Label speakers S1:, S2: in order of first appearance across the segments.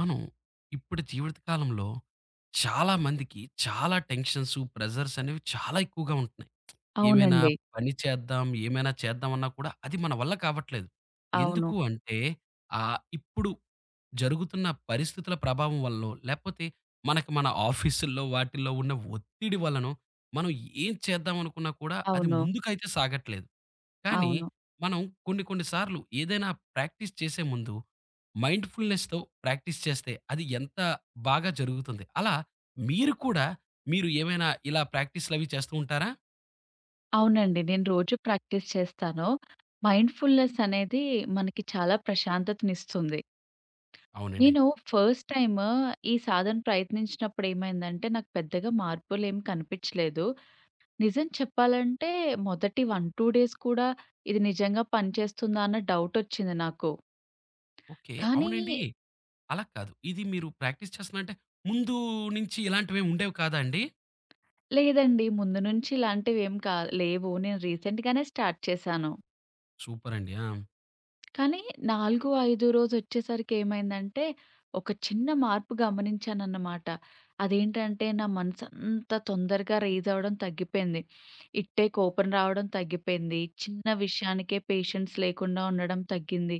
S1: మనం ఇప్పుడు జీవిత కాలంలో చాలా మందికి చాలా టెన్షన్స్, ప్రెషర్స్ అనేవి చాలా ఎక్కువగా ఉంటున్నాయి. ఏమైనా
S2: అవునండి.
S1: పని చేద్దాం, ఏమైనా చేద్దాం అన్నా కూడా అది మన వల్ల కావట్లేదు.
S2: అవును.
S1: ఎందుకు అంటే ఇప్పుడు జరుగుతున్న పరిస్థితుల ప్రభావం వల్లో, లేపోతే మనకి మన ఆఫీసుల్లో వాటిల్లో ఉన్న ఒత్తిడి వలనో, మనం ఏం చేద్దాం అనుకున్నా కూడా అది
S2: అవును.
S1: ముందుకైతే సాగట్లేదు. కానీ
S2: అవును.
S1: మనం కొన్ని కొన్ని సార్లు ఏదైనా ప్రాక్టీస్ చేసే ముందు మైండ్‌ఫుల్‌నెస్‌తో ప్రాక్టీస్ చేస్తే అది ఎంత బాగా జరుగుతుంది. అలా మీరు కూడా మీరు ఏమైనా ఇలా ప్రాక్టీస్‌లవి చేస్తూ ఉంటారా?
S2: అవునండి. నేను రోజు ప్రాక్టీస్ చేస్తాను. మైండ్‌ఫుల్‌నెస్ అనేది మనకి చాలా ప్రశాంతతనిస్తుంది.
S1: అవునండి.
S2: నేను ఫస్ట్ టైమ్ ఈ సాధన ప్రయత్నించినప్పుడు ఏమైందంటే, నాకు పెద్దగా మార్పులేమి కనిపించలేదు. నిజం చెప్పాలంటే మొదటి 1, 2 డేస్ కూడా ఇది నిజంగా పనిచేస్తుందా అన్న డౌటొచ్చింది నాకు.
S1: ఓకే.
S2: కానీ
S1: అవునండి. అలా కాదు. ఇది మీరు ప్రాక్టీస్ చేస్తున్నారంటే ముందు నుంచి ఇలాంటివేమి ఉండేవి కాదా అండి?
S2: లేదండి. ముందు నుంచి ఇలాంటివేం లేవు. నేను రీసెంట్‌గానే స్టార్ట్ చేశాను.
S1: సూపర్ అండి. ఆ!
S2: కానీ 4, 5 రోజొచ్చేసరికేమైందంటే, ఒక చిన్న మార్పు గమనించానన్నమాట. అదేంటంటే, నా మనసంతా తొందరగా రైజ్ అవ్వడం తగ్గిపోయింది. ఇట్టే కోపం రావడం తగ్గిపోయింది. చిన్న విషయానికే పేషెన్స్ లేకుండా ఉండడం తగ్గింది.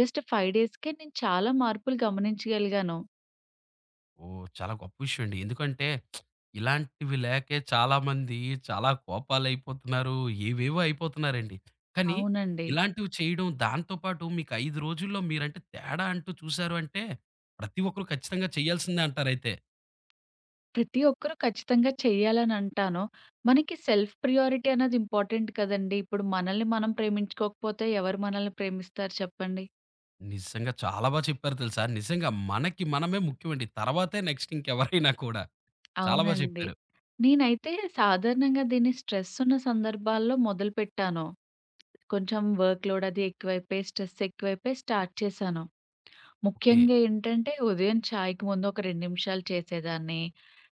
S2: జస్ట్ 5 డేస్‌కే నేను చాలా మార్పులు గమనించగలిగాను.
S1: ఓహ్! చాలా గొప్ప విషయం అండి. ఎందుకంటే ఇలాంటివి లేకే చాలామంది చాలా కోపాలయిపోతున్నారు. ఏవేవో అయిపోతున్నారండి. కానీ
S2: అవునండి.
S1: ఇలాంటివి చేయడం దాంతో పాటు మీకు 5 రోజుల్లో మీరంటే తేడా అంటూ చూసారు అంటే ప్రతి ఒక్కరు ఖచ్చితంగా చేయాల్సిందే అంటారైతే.
S2: ప్రతి ఒక్కరు ఖచ్చితంగా చెయ్యాలనంటాను. మనకి సెల్ఫ్ ప్రియారిటీ అనేది ఇంపార్టెంట్ కదండీ! ఇప్పుడు మనల్ని మనం ప్రేమించుకోకపోతే ఎవరు మనల్ని ప్రేమిస్తారు చెప్పండి?
S1: నిజంగా చాలా బా చెప్పారు తెలుసా? నిజంగా మనకి మనమే ముఖ్యమండి. తర్వాతే నెక్స్ట్ ఇంకెవరైనా కూడా. చాలా బా
S2: అవునండి.
S1: చెప్పారు.
S2: నేనైతే సాధారణంగా దీన్ని స్ట్రెస్ ఉన్న సందర్భాల్లో మొదలుపెట్టాను. కొంచెం వర్క్ లోడ్ అది ఎక్కువైపోయి, స్ట్రెస్ ఎక్కువైపోయి స్టార్ట్ చేశాను.
S1: ఓకే.
S2: ముఖ్యంగా ఏంటంటే ఉదయం చాయ్‌కి ముందు ఒక 2 నిమిషాలు చేసేదాన్ని.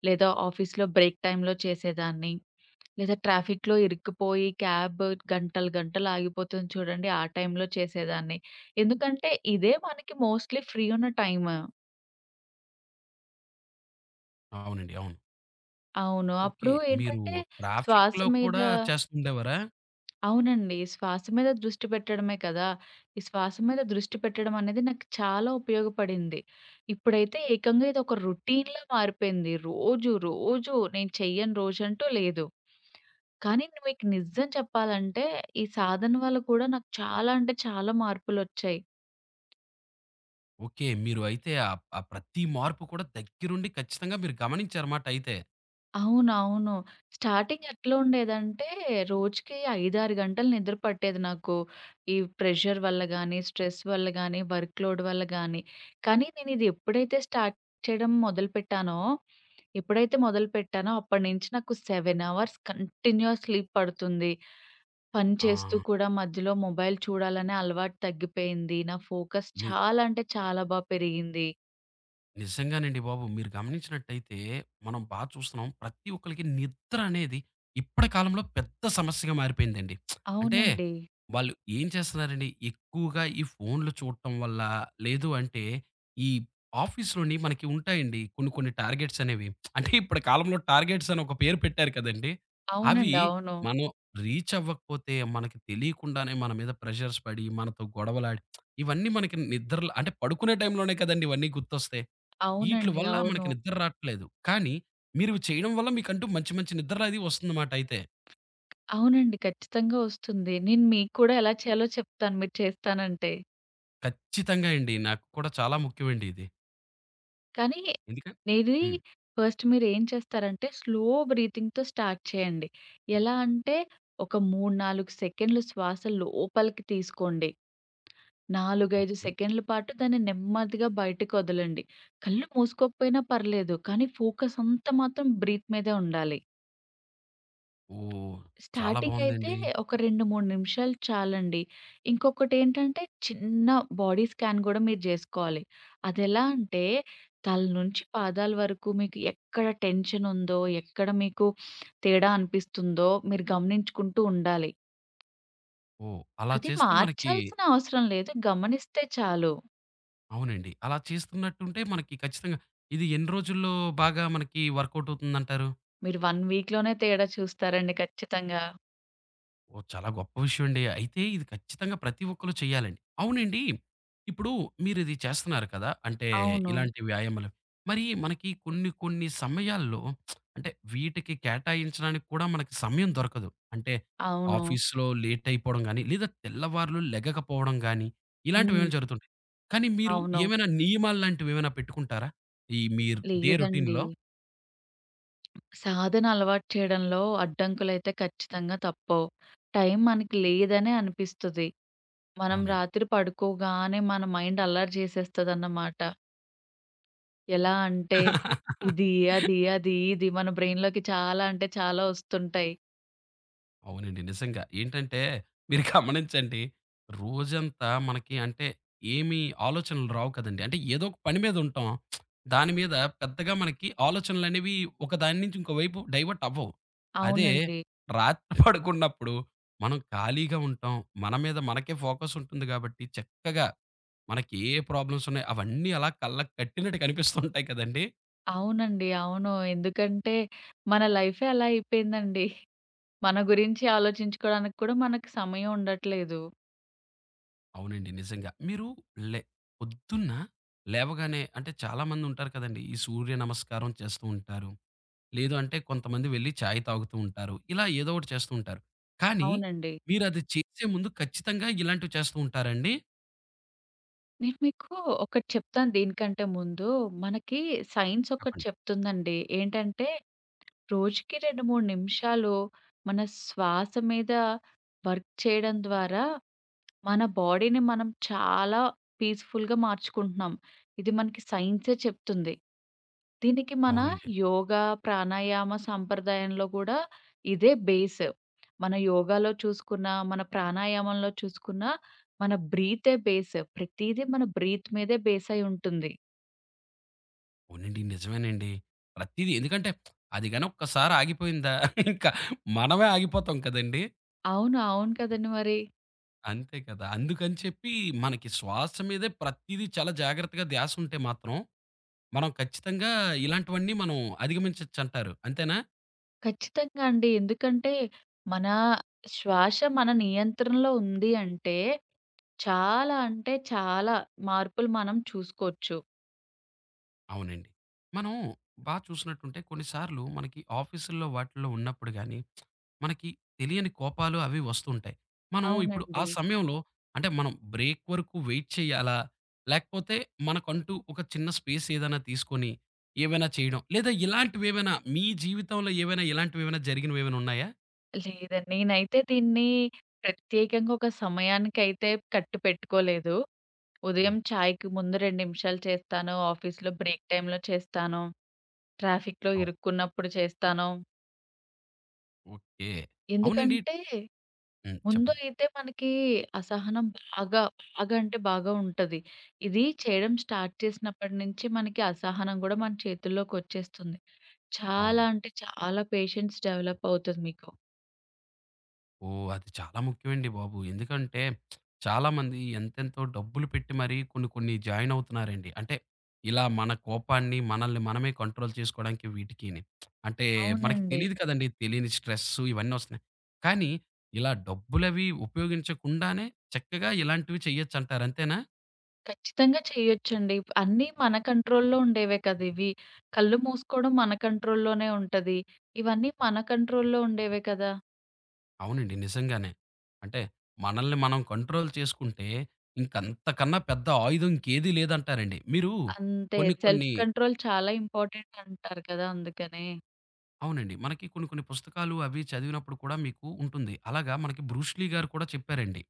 S2: లేదా ఆఫీస్‌లో బ్రేక్ టైమ్‌లో చేసేదాన్ని. లేదా ట్రాఫిక్‌లో ఇరుక్కుపోయి క్యాబ్ గంటలు గంటలు ఆగిపోతుంది చూడండి ఆ టైమ్‌లో చేసేదాన్ని. ఎందుకంటే ఇదే మనకి మోస్ట్‌లీ ఫ్రీ ఉన్న టైమ్.
S1: అవునండి. అవును.
S2: అవును.
S1: ఓకే.
S2: అప్పుడు
S1: మీరు
S2: ఏంటంటే శ్వాస
S1: ట్రాఫిక్‌లో
S2: మీద
S1: కూడా చేస్తుండేవారా?
S2: అవునండి. శ్వాస మీద దృష్టి పెట్టడమే కదా! ఈ శ్వాస మీద దృష్టి పెట్టడం అనేది నాకు చాలా ఉపయోగపడింది. ఇప్పుడైతే ఏకంగా ఇదొక రొటీన్‌లా మారిపోయింది. రోజు, రోజు నేను చెయ్యని రోజంటూ లేదు. కానీ మీకు నిజం చెప్పాలంటే, ఈ సాధన వల్ల కూడా నాకు చాలా అంటే చాలా మార్పులొచ్చాయి.
S1: ఓకే. మీరు అయితే ఆ ప్రతి మార్పు కూడా దగ్గరుండి ఖచ్చితంగా మీరు గమనించారుమాట అయితే.
S2: అవునవును. స్టార్టింగ్ ఎట్లుండేదంటే, రోజుకి 5, 6 గంటలు నిద్ర పట్టేది నాకు. ఈ ప్రెషర్ వల్ల గానీ, స్ట్రెస్ వల్ల గానీ, వర్క్ లోడ్ వల్ల గానీ. కానీ నేనిది ఎప్పుడైతే స్టార్ట్ చేయడం మొదలుపెట్టానో, ఎప్పుడైతే మొదలుపెట్టానో అప్పటి నుంచి నాకు 7 అవర్స్ కంటిన్యూయస్ స్లీప్ పడుతుంది. పని చేస్తూ
S1: ఆ!
S2: కూడా మధ్యలో మొబైల్ చూడాలనే అలవాటు తగ్గిపోయింది. నా ఫోకస్
S1: ని
S2: చాలా అంటే చాలా బా పెరిగింది.
S1: నిజంగానండి బాబు. మీరు గమనించినట్టయితే మనం బా చూస్తున్నాం. ప్రతి ఒక్కళ్ళకి నిద్ర అనేది ఇప్పటి కాలంలో పెద్ద సమస్యగా మారిపోయిందండి. అంటే
S2: అవునండి.
S1: వాళ్ళు ఏం చేస్తున్నారండి ఎక్కువగా ఈ ఫోన్‌లు చూడటం వల్ల, లేదు అంటే ఈ ఆఫీస్‌లోని మనకి ఉంటాయండి కొన్ని కొన్ని టార్గెట్స్ అనేవి. అంటే ఇప్పటి కాలంలో టార్గెట్స్ అని ఒక పేరు పెట్టారు కదండీ! అవి
S2: అవునండి. అవును.
S1: మనం రీచ్ అవ్వకపోతే మనకి తెలియకుండానే మన మీద ప్రెషర్స్ పడి, మనతో గొడవలాడి ఇవన్నీ మనకి నిద్రలో అంటే పడుకునే టైంలోనే కదండీ ఇవన్నీ గుర్తొస్తాయి. ఈట్ల
S2: అవునండి.
S1: వల్ల మనకి
S2: అవును.
S1: నిద్ర రాట్లేదు. కానీ, మీరు ఇవి చేయడం వల్ల మీకంటూ మంచి మంచి నిద్ర అది వస్తుందన్నమాట అయితే.
S2: అవునండి. ఖచ్చితంగా ఒస్తుంది. నేను మీకు కూడా ఎలా చేయాలో చెప్తాను మీరు చేస్తానంటే.
S1: ఖచ్చితంగా అండి. నాకు కూడా చాలా ముఖ్యమండి ఇది.
S2: కానీ
S1: ఎందుకన్
S2: ఇది
S1: హ్మ్.
S2: ఫస్ట్ మీరేం చేస్తారంటే స్లో బ్రీతింగ్‌తో స్టార్ట్ చేయండి. ఎలా అంటే ఒక 3, 4 సెకండ్లు శ్వాస లోపలికి తీసుకోండి. 4, 5
S1: ఓకే.
S2: సెకండ్ల పాటు దాన్ని నెమ్మదిగా బయటకొదలండి. కళ్ళు మూసుకోకపోయినా పర్లేదు. కానీ ఫోకస్ అంతా మాత్రం బ్రీత్ మీదే ఉండాలి.
S1: ఓహ్! చాలా
S2: స్టార్టింగయితే
S1: బావుందండి.
S2: ఒక 2, 3 నిమిషాలు చాలండి. ఇంకొకటేంటంటే చిన్న బాడీ స్కాన్ గూడా మీరు జేసుకోవాలి. అదెలా అంటే తల నుంచి పాదాల వరకు మీకు ఎక్కడ టెన్షనుందో, ఎక్కడ మీకు తేడా అనిపిస్తుందో మీరు గమనించుకుంటూ ఉండాలి.
S1: ఓహ్! అలా
S2: అది
S1: చేస్తే మనకి
S2: మార్చాల్సిన అవసరం లేదు. గమనిస్తే చాలు.
S1: అవునండి. అలా చేస్తున్నట్టుంటే మనకి ఖచ్చితంగా ఇది ఎన్ని రోజుల్లో బాగా మనకి వర్కౌట్ అవుతుందంటారు?
S2: మీరు 1 వీక్‌లోనే తేడా చూస్తారండి ఖచ్చితంగా.
S1: ఓహ్! చాలా గొప్ప విషయం అండి. అయితే ఇది ఖచ్చితంగా ప్రతి ఒక్కళ్ళు చేయాలండి. అవునండి. ఇప్పుడు మీరిది చేస్తున్నారు కదా! అంటే
S2: అవును.
S1: ఇలాంటి వ్యాయామాలు. మరి మనకి కొన్ని కొన్ని సమయాల్లో అంటే వీటికి కేటాయించడానికి కూడా మనకి సమయం దొరకదు. అంటే
S2: అవును.
S1: ఆఫీస్‌లో లేట్ అయిపోవడం గాని, లేదా తెల్లవార్లు లెగకపోవడం గాని,
S2: హ్మ్.
S1: ఇలాంటివేమైనా జరుగుతుంటాయి. కానీ మీరు
S2: అవును.
S1: ఏమైనా నియమాల్లాంటివేమైనా పెట్టుకుంటారా? ఈ మీరు డే
S2: లేదండి.
S1: రొటీన్‌లో?
S2: సాధన అలవాటు చేయడంలో అడ్డంకులైతే ఖచ్చితంగా తప్పవు. టైం మనకి లేదనే అనిపిస్తది. మనం
S1: అవునండి.
S2: రాత్రి పడుకోగానే మన మైండ్ అల్లరి చేసేస్తదన్నమాట. ఎలా అంటే ఇది, అది, ఇది మన బ్రెయిన్‌లోకి చాలా అంటే చాలా ఒస్తుంటాయి.
S1: అవునండి. నిజంగా. ఏంటంటే మీరు గమనించండి. రోజంతా మనకి అంటే ఏమి ఆలోచనలు రావు కదండీ. అంటే ఏదో ఒక పని మీద ఉంటాం. దాని మీద పెద్దగా మనకి ఆలోచనలనేవి ఒక దాని నుంచి ఇంకో వైపు డైవర్ట్ అవ్వవు. అదే
S2: అవునండి.
S1: రాత్రి పడుకున్నప్పుడు మనం ఖాళీగా ఉంటాం. మన మీద మనకే ఫోకస్ ఉంటుంది కాబట్టి చక్కగా మనకి ఏ ప్రాబ్లమ్స్ ఉన్నాయో అవన్నీ అలా కళ్ళకి కట్టినట్టు కనిపిస్తుంటాయి కదండీ!
S2: అవునండి. అవును. ఎందుకంటే మన లైఫే అలా అయిపోయిందండి. మన గురించి ఆలోచించుకోవడానికి కూడా మనకు సమయం ఉండట్లేదు.
S1: అవునండి. నిజంగా. మీరు లే పొద్దున్న లేవగానే అంటే చాలామంది ఉంటారు కదండీ! ఈ సూర్య నమస్కారం చేస్తూ ఉంటారు. లేదు అంటే కొంతమంది వెళ్లి చాయ్ తాగుతూ ఉంటారు. ఇలా ఏదో ఒకటి చేస్తూ ఉంటారు. కానీ
S2: అవునండి.
S1: మీరది చేసే ముందు ఖచ్చితంగా ఇలాంటివి చేస్తూ ఉంటారండి?
S2: నేను మీకు ఒకటి చెప్తాను దీనికంటే ముందు. మనకి సైన్స్ ఒకటి
S1: చెప్పండి.
S2: చెప్తుందండి. ఏంటంటే రోజుకి 2, 3 నిమిషాలు మన శ్వాస మీద వర్క్ చేయడం ద్వారా మన బాడీని మనం చాలా పీస్‌ఫుల్‌గా మార్చుకుంటున్నాం. ఇది మనకి సైన్సే చెప్తుంది. దీనికి మన
S1: అవునండి.
S2: యోగా, ప్రాణాయామ సంప్రదాయంలో గూడా ఇదే బేస్. మన యోగాలో చూసుకున్నా, మన ప్రాణాయామంలో చూసుకున్నా, మన బ్రీతే బేస్. ప్రతీదీ మన బ్రీత్ మీదే బేస్ అయి ఉంటుంది.
S1: అవునండి. నిజమేనండి. ప్రతీదీ ఎందుకంటే అది గాని ఒక్కసారి ఆగిపోయిందా ఇంకా మనమే ఆగిపోతాం కదండీ!
S2: అవును. అవును కదండీ మరి.
S1: అంతే కదా! అందుకని చెప్పి మనకి శ్వాస మీదే ప్రతీదీ చాలా జాగ్రత్తగా ధ్యాస ఉంటే మాత్రం మనం ఖచ్చితంగా ఇలాంటివన్నీ మనం అధిగమించొచ్చంటారు. అంతేనా?
S2: ఖచ్చితంగా అండి. ఎందుకంటే, మన శ్వాస మన నియంత్రణలో ఉంది అంటే చాలా అంటే చాలా మార్పులు మనం చూసుకోవచ్చు.
S1: అవునండి. మనం బా చూసినట్టుంటే కొన్నిసార్లు మనకి ఆఫీసుల్లో వాటిల్లో ఉన్నప్పుడు గాని, మనకి తెలియని కోపాలు అవి వస్తుంటాయి. మనం ఇప్పుడు ఆ
S2: అవునండి.
S1: సమయంలో అంటే మనం బ్రేక్ వరకు వెయిట్ చేయాలా? లేకపోతే మనకంటూ ఒక చిన్న స్పేస్ ఏదైనా తీసుకొని ఏవైనా చేయడం, లేదా ఇలాంటివేవైనా మీ జీవితంలో ఏవైనా ఇలాంటివేవైనా జరిగినవేవైనా ఉన్నాయా?
S2: లేదండి. నేనైతే దీన్ని ప్రత్యేకంగా ఒక సమయానికైతే కట్టిపెట్టుకోలేదు.
S1: హ్మ్.
S2: ఉదయం చాయ్‌కి ముందు 2 నిమిషాలు చేస్తాను. ఆఫీస్‌లో బ్రేక్ టైమ్‌లో చేస్తాను. ట్రాఫిక్‌లో
S1: అవును.
S2: ఇరుక్కున్నప్పుడు చేస్తాను.
S1: ఓకే. అవునండి.
S2: ఎందుకంటే
S1: హ్మ్.
S2: ముందు
S1: చెప్పండి.
S2: అయితే మనకి అసహనం బాగా, బాగా అంటే బాగా ఉంటది. ఇది చేయడం స్టార్ట్ చేసినప్పటి నుంచి మనకి అసహనం గూడా మన చేతుల్లోకొచ్చేస్తుంది. చాలా
S1: అవునండి.
S2: అంటే చాలా పేషెన్స్ డెవలప్ అవుతది మీకు.
S1: ఓహ్! అది చాలా ముఖ్యమండి బాబు. ఎందుకంటే చాలామంది ఎంతెంతో డబ్బులు పెట్టి మరీ కొన్ని కొన్ని జాయిన్ అవుతున్నారండి. అంటే ఇలా మన కోపాన్ని మనల్ని మనమే కంట్రోల్ చేసుకోవడానికి వీటికిని. అంటే మనకి
S2: అవునండి.
S1: తెలీదు కదండీ! తెలియని స్ట్రెస్సు ఇవన్నీ వస్తున్నాయి. కానీ ఇలా డబ్బులవి ఉపయోగించకుండానే చక్కగా ఇలాంటివి చేయొచ్చంటారు అంతేనా?
S2: ఖచ్చితంగా చేయొచ్చండి. అన్నీ మన కంట్రోల్‌లో ఉండేవే కదివి. కళ్ళు మూసుకోవడం మన కంట్రోల్‌లోనే ఉంటది. ఇవన్నీ మన కంట్రోల్‌లో ఉండేవే కదా!
S1: అవునండి. నిజంగానే. అంటే మనల్ని మనం కంట్రోల్ చేసుకుంటే ఇంకంతకన్నా పెద్ద ఆయుధం ఇంకేది లేదంటారండి. మీరు
S2: అంతే
S1: కొన్ని
S2: సెల్ఫ్
S1: కొన్ని
S2: కంట్రోల్ చాలా ఇంపార్టెంట్ అంటారు కదా! అందుకనే.
S1: అవునండి. మనకి కొన్ని కొన్ని పుస్తకాలు అవి చదివినప్పుడు కూడా మీకు ఉంటుంది. అలాగా మనకి బ్రూస్ లీ గారు కూడా చెప్పారండి.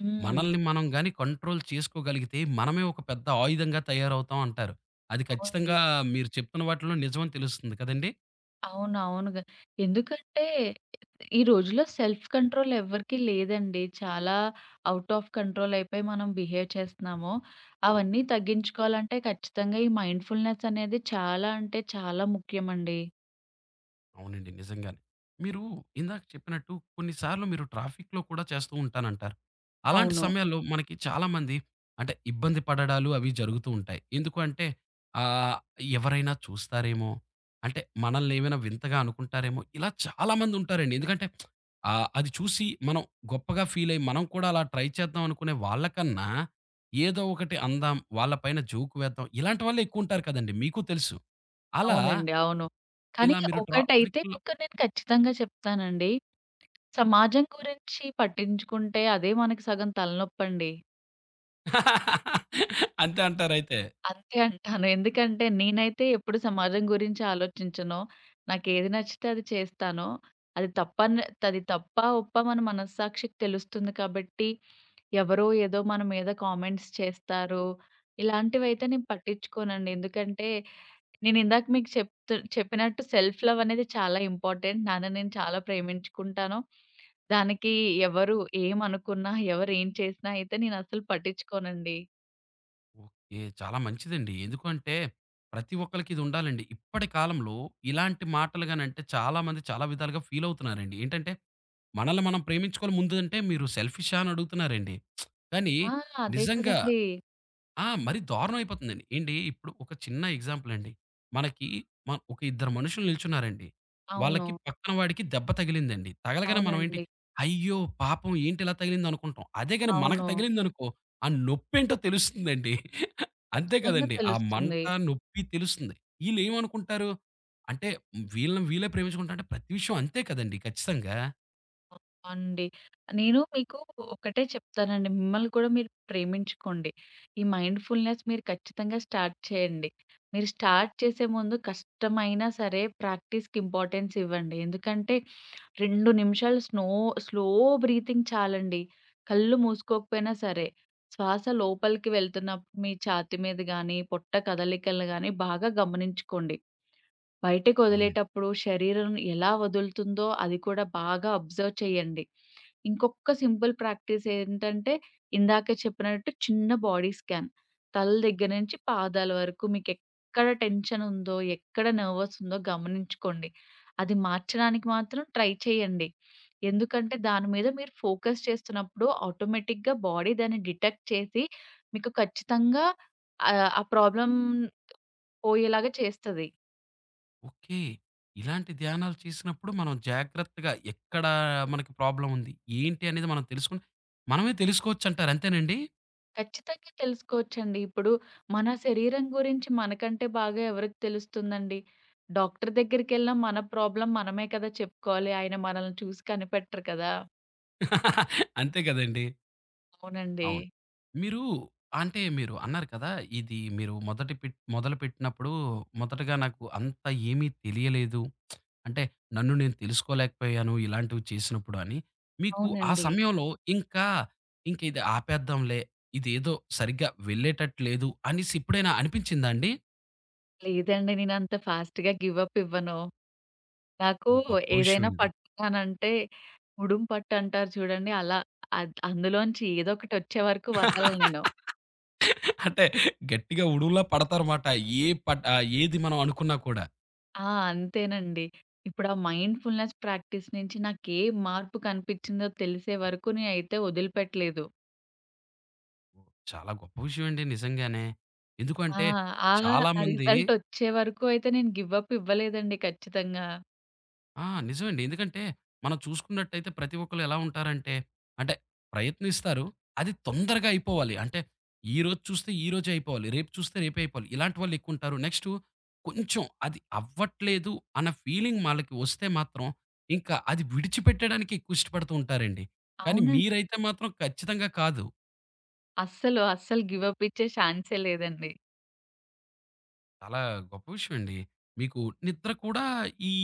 S2: హ్మ్.
S1: మనల్ని మనం గాని కంట్రోల్ చేసుకోగలిగితే మనమే ఒక పెద్ద ఆయుధంగా తయారవుతాం అంటారు. అది
S2: అవునండి.
S1: ఖచ్చితంగా మీరు చెప్తున్న వాటిలో నిజమని తెలుస్తుంది కదండీ!
S2: అవును. అవునుగా. ఎందుకంటే ఈ రోజుల్లో సెల్ఫ్ కంట్రోల్ ఎవ్వరికీ లేదండి. చాలా ఔట్ ఆఫ్ కంట్రోల్ అయిపోయి మనం బిహేవ్ చేస్తున్నాము. అవన్నీ తగ్గించుకోవాలంటే ఖచ్చితంగా ఈ మైండ్‌ఫుల్‌నెస్ అనేది చాలా అంటే చాలా ముఖ్యమండి.
S1: అవునండి. నిజంగానే. మీరు ఇందాక చెప్పినట్టు కొన్నిసార్లు మీరు ట్రాఫిక్‌లో కూడా చేస్తూ ఉంటానంటారు. అలాంటి
S2: అవును.
S1: సమయాల్లో మనకి చాలామంది అంటే ఇబ్బంది పడడాలు అవి జరుగుతూ ఉంటాయి. ఎందుకు అంటే ఆహ్, ఎవరైనా చూస్తారేమో, అంటే మనల్ని ఏమైనా వింతగా అనుకుంటారేమో ఇలా చాలామంది ఉంటారండి. ఎందుకంటే అది చూసి మనం గొప్పగా ఫీల్ అయ్యి మనం కూడా అలా ట్రై చేద్దాం అనుకునే వాళ్ళకన్నా ఏదో ఒకటి అందాం, వాళ్ళ పైన జోక్ వేద్దాం ఇలాంటి వాళ్ళే ఎక్కువ ఉంటారు కదండీ! మీకు తెలుసు. అలా
S2: అవునండి. అవును. కానీ
S1: ఇలా మీరు
S2: ఒకటైతే
S1: ట్రాఫిక్‌లో
S2: మీకు నేను ఖచ్చితంగా చెప్తానండి. సమాజం గురించి పట్టించుకుంటే అదే మనకి సగం తలనొప్పండి.
S1: అంతే అంటారైతే?
S2: అంతే అంటాను. ఎందుకంటే నేనైతే ఎప్పుడు సమాజం గురించి ఆలోచించను. నాకేది నచ్చితే అది చేస్తాను. అది తప్పన్ అది తప్పా, ఒప్పా మన మనస్సాక్షికి తెలుస్తుంది కాబట్టి, ఎవరో ఏదో మన మీద కామెంట్స్ చేస్తారు. ఇలాంటివైతే నేను పట్టించుకోనండి. ఎందుకంటే నేనిందాక మీకు చెప్పినట్టు సెల్ఫ్ లవ్ అనేది చాలా ఇంపార్టెంట్. నన్ను నేను చాలా ప్రేమించుకుంటాను. దానికి ఎవరు ఏమనుకున్నా, ఎవరేం చేసినా అయితే నేనసలు పట్టించుకోనండి.
S1: ఓకే. చాలా మంచిదండి. ఎందుకు అంటే, ప్రతి ఒక్కళ్ళకి ఇది ఉండాలండి. ఇప్పటి కాలంలో ఇలాంటి మాటలు గానంటే చాలా మంది చాలా విధాలుగా ఫీల్ అవుతున్నారండి. ఏంటంటే, మనల్ని మనం ప్రేమించుకోవాలి ముందు అంటే మీరు సెల్ఫిషా అని అడుగుతున్నారండి. కానీ
S2: ఆ! అదే
S1: నిజంగా
S2: కదండీ!
S1: ఆ! మరి దారుణం అయిపోతుందండి. ఏండి ఇప్పుడు ఒక చిన్న ఎగ్జాంపుల్ అండి. మనకి ఒక ఇద్దరు మనుషులు నిల్చున్నారండి.
S2: అవును.
S1: వాళ్ళకి పక్కన వాడికి దెబ్బ తగిలిందండి. తగలగానే మనం ఏంటి,
S2: అవునండి.
S1: అయ్యో! పాపం ఏంటి ఇలా తగిలిందనుకుంటాం. అదే గాని మనకు
S2: అవును.
S1: తగిలిందనుకో, ఆ నొప్పేంటో తెలుస్తుందండి. అంతే
S2: ఖచ్చితంగా
S1: కదండీ! ఆ మంట,
S2: తెలుస్తుంది.
S1: నొప్పి తెలుస్తుంది. ఈళ్ళేమనుకుంటారు, అంటే వీళ్ళని వీళ్ళే ప్రేమించుకుంటారంటే ప్రతి విషయం అంతే కదండీ ఖచ్చితంగా.
S2: అండి. నేను మీకు ఒకటే చెప్తానండి. మిమ్మల్ని కూడా మీరు ప్రేమించుకోండి. ఈ మైండ్‌ఫుల్‌నెస్ మీరు ఖచ్చితంగా స్టార్ట్ చేయండి. మీరు స్టార్ట్ చేసే ముందు కష్టమైనా సరే ప్రాక్టీస్‌కి ఇంపార్టెన్స్ ఇవ్వండి. ఎందుకంటే 2 నిమిషాలు స్లో బ్రీతింగ్ చాలండి. కళ్ళు మూసుకోకపోయినా సరే, శ్వాస లోపలికి వెళ్తున్నప్పుడు మీ ఛాతీ మీద గాని, పొట్ట కదలికలు గాని బాగా గమనించుకోండి.
S1: అవునండి.
S2: బయటకొదిలేటప్పుడు శరీరం ఎలా వదులుతుందో అది కూడా బాగా అబ్జర్వ్ చేయండి. ఇంకొక సింపుల్ ప్రాక్టీస్ ఏంటంటే, ఇందాకే చెప్పినట్టు చిన్న బాడీ స్కాన్. తల దగ్గర నుంచి పాదాల వరకు మీకెక్కడ టెన్షన్ ఉందో, ఎక్కడ నర్వస్ ఉందో గమనించుకోండి. అది మార్చడానికి మాత్రం ట్రై చేయండి. ఎందుకంటే దాని మీద మీరు ఫోకస్ చేస్తున్నప్పుడు ఆటోమేటిక్‌గా బాడీ దాన్ని డిటెక్ట్ చేసి, మీకు ఖచ్చితంగా ఆ ప్రాబ్లమ్ పోయేలాగా చేస్తది.
S1: ఓకే. ఇలాంటి ధ్యానాలు చేసినప్పుడు మనం జాగ్రత్తగా ఎక్కడ మనకి ప్రాబ్లమ్ ఉంది? ఏంటి అనేది మనం తెలుసుకొని మనమే తెలుసుకోవచ్చంటారు అంతేనండి?
S2: ఖచ్చితంగా తెలుసుకోవచ్చండి. ఇప్పుడు మన శరీరం గురించి మనకంటే బాగా ఎవరికి తెలుస్తుందండి? డాక్టర్ దగ్గరికెళ్ళినా మన ప్రాబ్లమ్ మనమే కదా చెప్పుకోవాలి. ఆయన మనల్ని చూసి కనిపెట్టరు కదా!
S1: అంతే కదండీ!
S2: అవునండి.
S1: అవును. మీరు అంటే మీరు అన్నారు కదా! ఇది మీరు మొదటి మొదలుపెట్టినప్పుడు మొదటగా నాకు అంత ఏమీ తెలియలేదు. అంటే నన్ను నేను తెలుసుకోలేకపోయాను ఇలాంటివి చేసినప్పుడు అని. మీకు ఆ
S2: అవునండి.
S1: సమయంలో ఇంకా, ఇంక ఇది ఆపేద్దాంలే ఇదేదో సరిగ్గా వెళ్ళేటట్లేదు అనేసి ఎప్పుడైనా అనిపించిందా అండి?
S2: లేదండి. నేనంత ఫాస్ట్‌గా గివ్ అప్ ఇవ్వను. నాకు
S1: ఓహ్! గొప్ప
S2: ఏదైనా
S1: విషయమండి.
S2: పట్టుకున్నానంటే ఉడుం పట్టు అంటారు చూడండి అలా. అందులోంచి ఏదో ఒకటి వచ్చే వరకు వదలను నేను.
S1: అంటే గట్టిగా ఉడువులా పడతారుమాట. ఏది మనం అనుకున్నా కూడా.
S2: ఆ! అంతేనండి. ఇప్పుడు ఆ మైండ్‌ఫుల్‌నెస్ ప్రాక్టీస్ నుంచి నాకే మార్పు కనిపిచ్చిందో తెలిసే వరకు నేనైతే వదిలిపెట్టలేదు.
S1: ఓ, చాలా గొప్ప విషయమండి నిజంగానే.
S2: ఆ!
S1: ఎందుకంటే
S2: ఆ! ఆ
S1: చాలామంది
S2: రిజల్ట్ వచ్చే వరకు అయితే నేను గివ్ అప్ ఇవ్వలేదండి ఖచ్చితంగా.
S1: ఆ! నిజమండి. ఎందుకంటే, మనం చూసుకున్నట్టయితే ప్రతి ఒక్కళ్ళు ఎలా ఉంటారంటే, అంటే ప్రయత్నిస్తారు. అది తొందరగా అయిపోవాలి. అంటే ఈ రోజు చూస్తే ఈ రోజే అయిపోవాలి. రేపు చూస్తే రేపే అయిపోవాలి. ఇలాంటి వాళ్ళు ఎక్కువుంటారు. నెక్స్టు కొంచెం అది అవ్వట్లేదు అన్న ఫీలింగ్ వాళ్ళకి వస్తే మాత్రం, ఇంకా అది విడిచిపెట్టడానికి ఎక్కువ ఇష్టపడుతూ ఉంటారండి. కానీ
S2: అవునండి.
S1: మీరైతే మాత్రం ఖచ్చితంగా కాదు.
S2: అస్సలు, అస్సలు గివ్ అప్ ఇచ్చే ఛాన్సే లేదండి.
S1: చాలా గొప్ప విషయం అండి. మీకు నిద్ర కూడా ఈ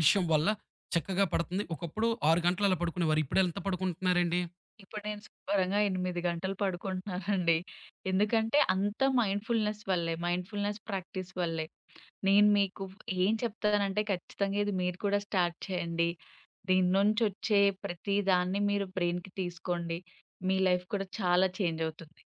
S1: విషయం వల్ల చక్కగా పడుతుంది. ఒకప్పుడు 6 గంటలు అలా పడుకునేవారు. ఇప్పుడు ఎంత పడుకుంటున్నారండి?
S2: ఇప్పుడు నేను శుభ్రంగా 8 గంటలు పడుకుంటున్నానండి. ఎందుకంటే అంతా మైండ్‌ఫుల్‌నెస్ వల్లే. మైండ్‌ఫుల్‌నెస్ ప్రాక్టీస్ వల్లే. నేను మీకు ఏం చెప్తానంటే ఖచ్చితంగా ఇది మీరు కూడా స్టార్ట్ చేయండి. దీని నుంచొచ్చే ప్రతి దాన్ని మీరు బ్రెయిన్‌కి తీసుకోండి. మీ లైఫ్ కూడా చాలా చేంజ్ అవుతుంది.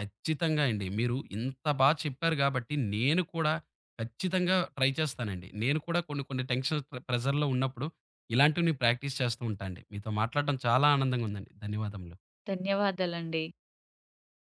S1: ఖచ్చితంగా అండి. మీరు ఇంత బా చెప్పారు గాబట్టి, నేను కూడా ఖచ్చితంగా ట్రై చేస్తానండి. నేను కూడా కొన్ని కొన్ని టెన్షన్, ప్రెషర్‌లో ఉన్నప్పుడు ఇలాంటివి నేను ప్రాక్టీస్ చేస్తూ ఉంటా అండి. మీతో మాట్లాడడం చాలా ఆనందంగా ఉందండి. ధన్యవాదములు.
S2: ధన్యవాదాలండి.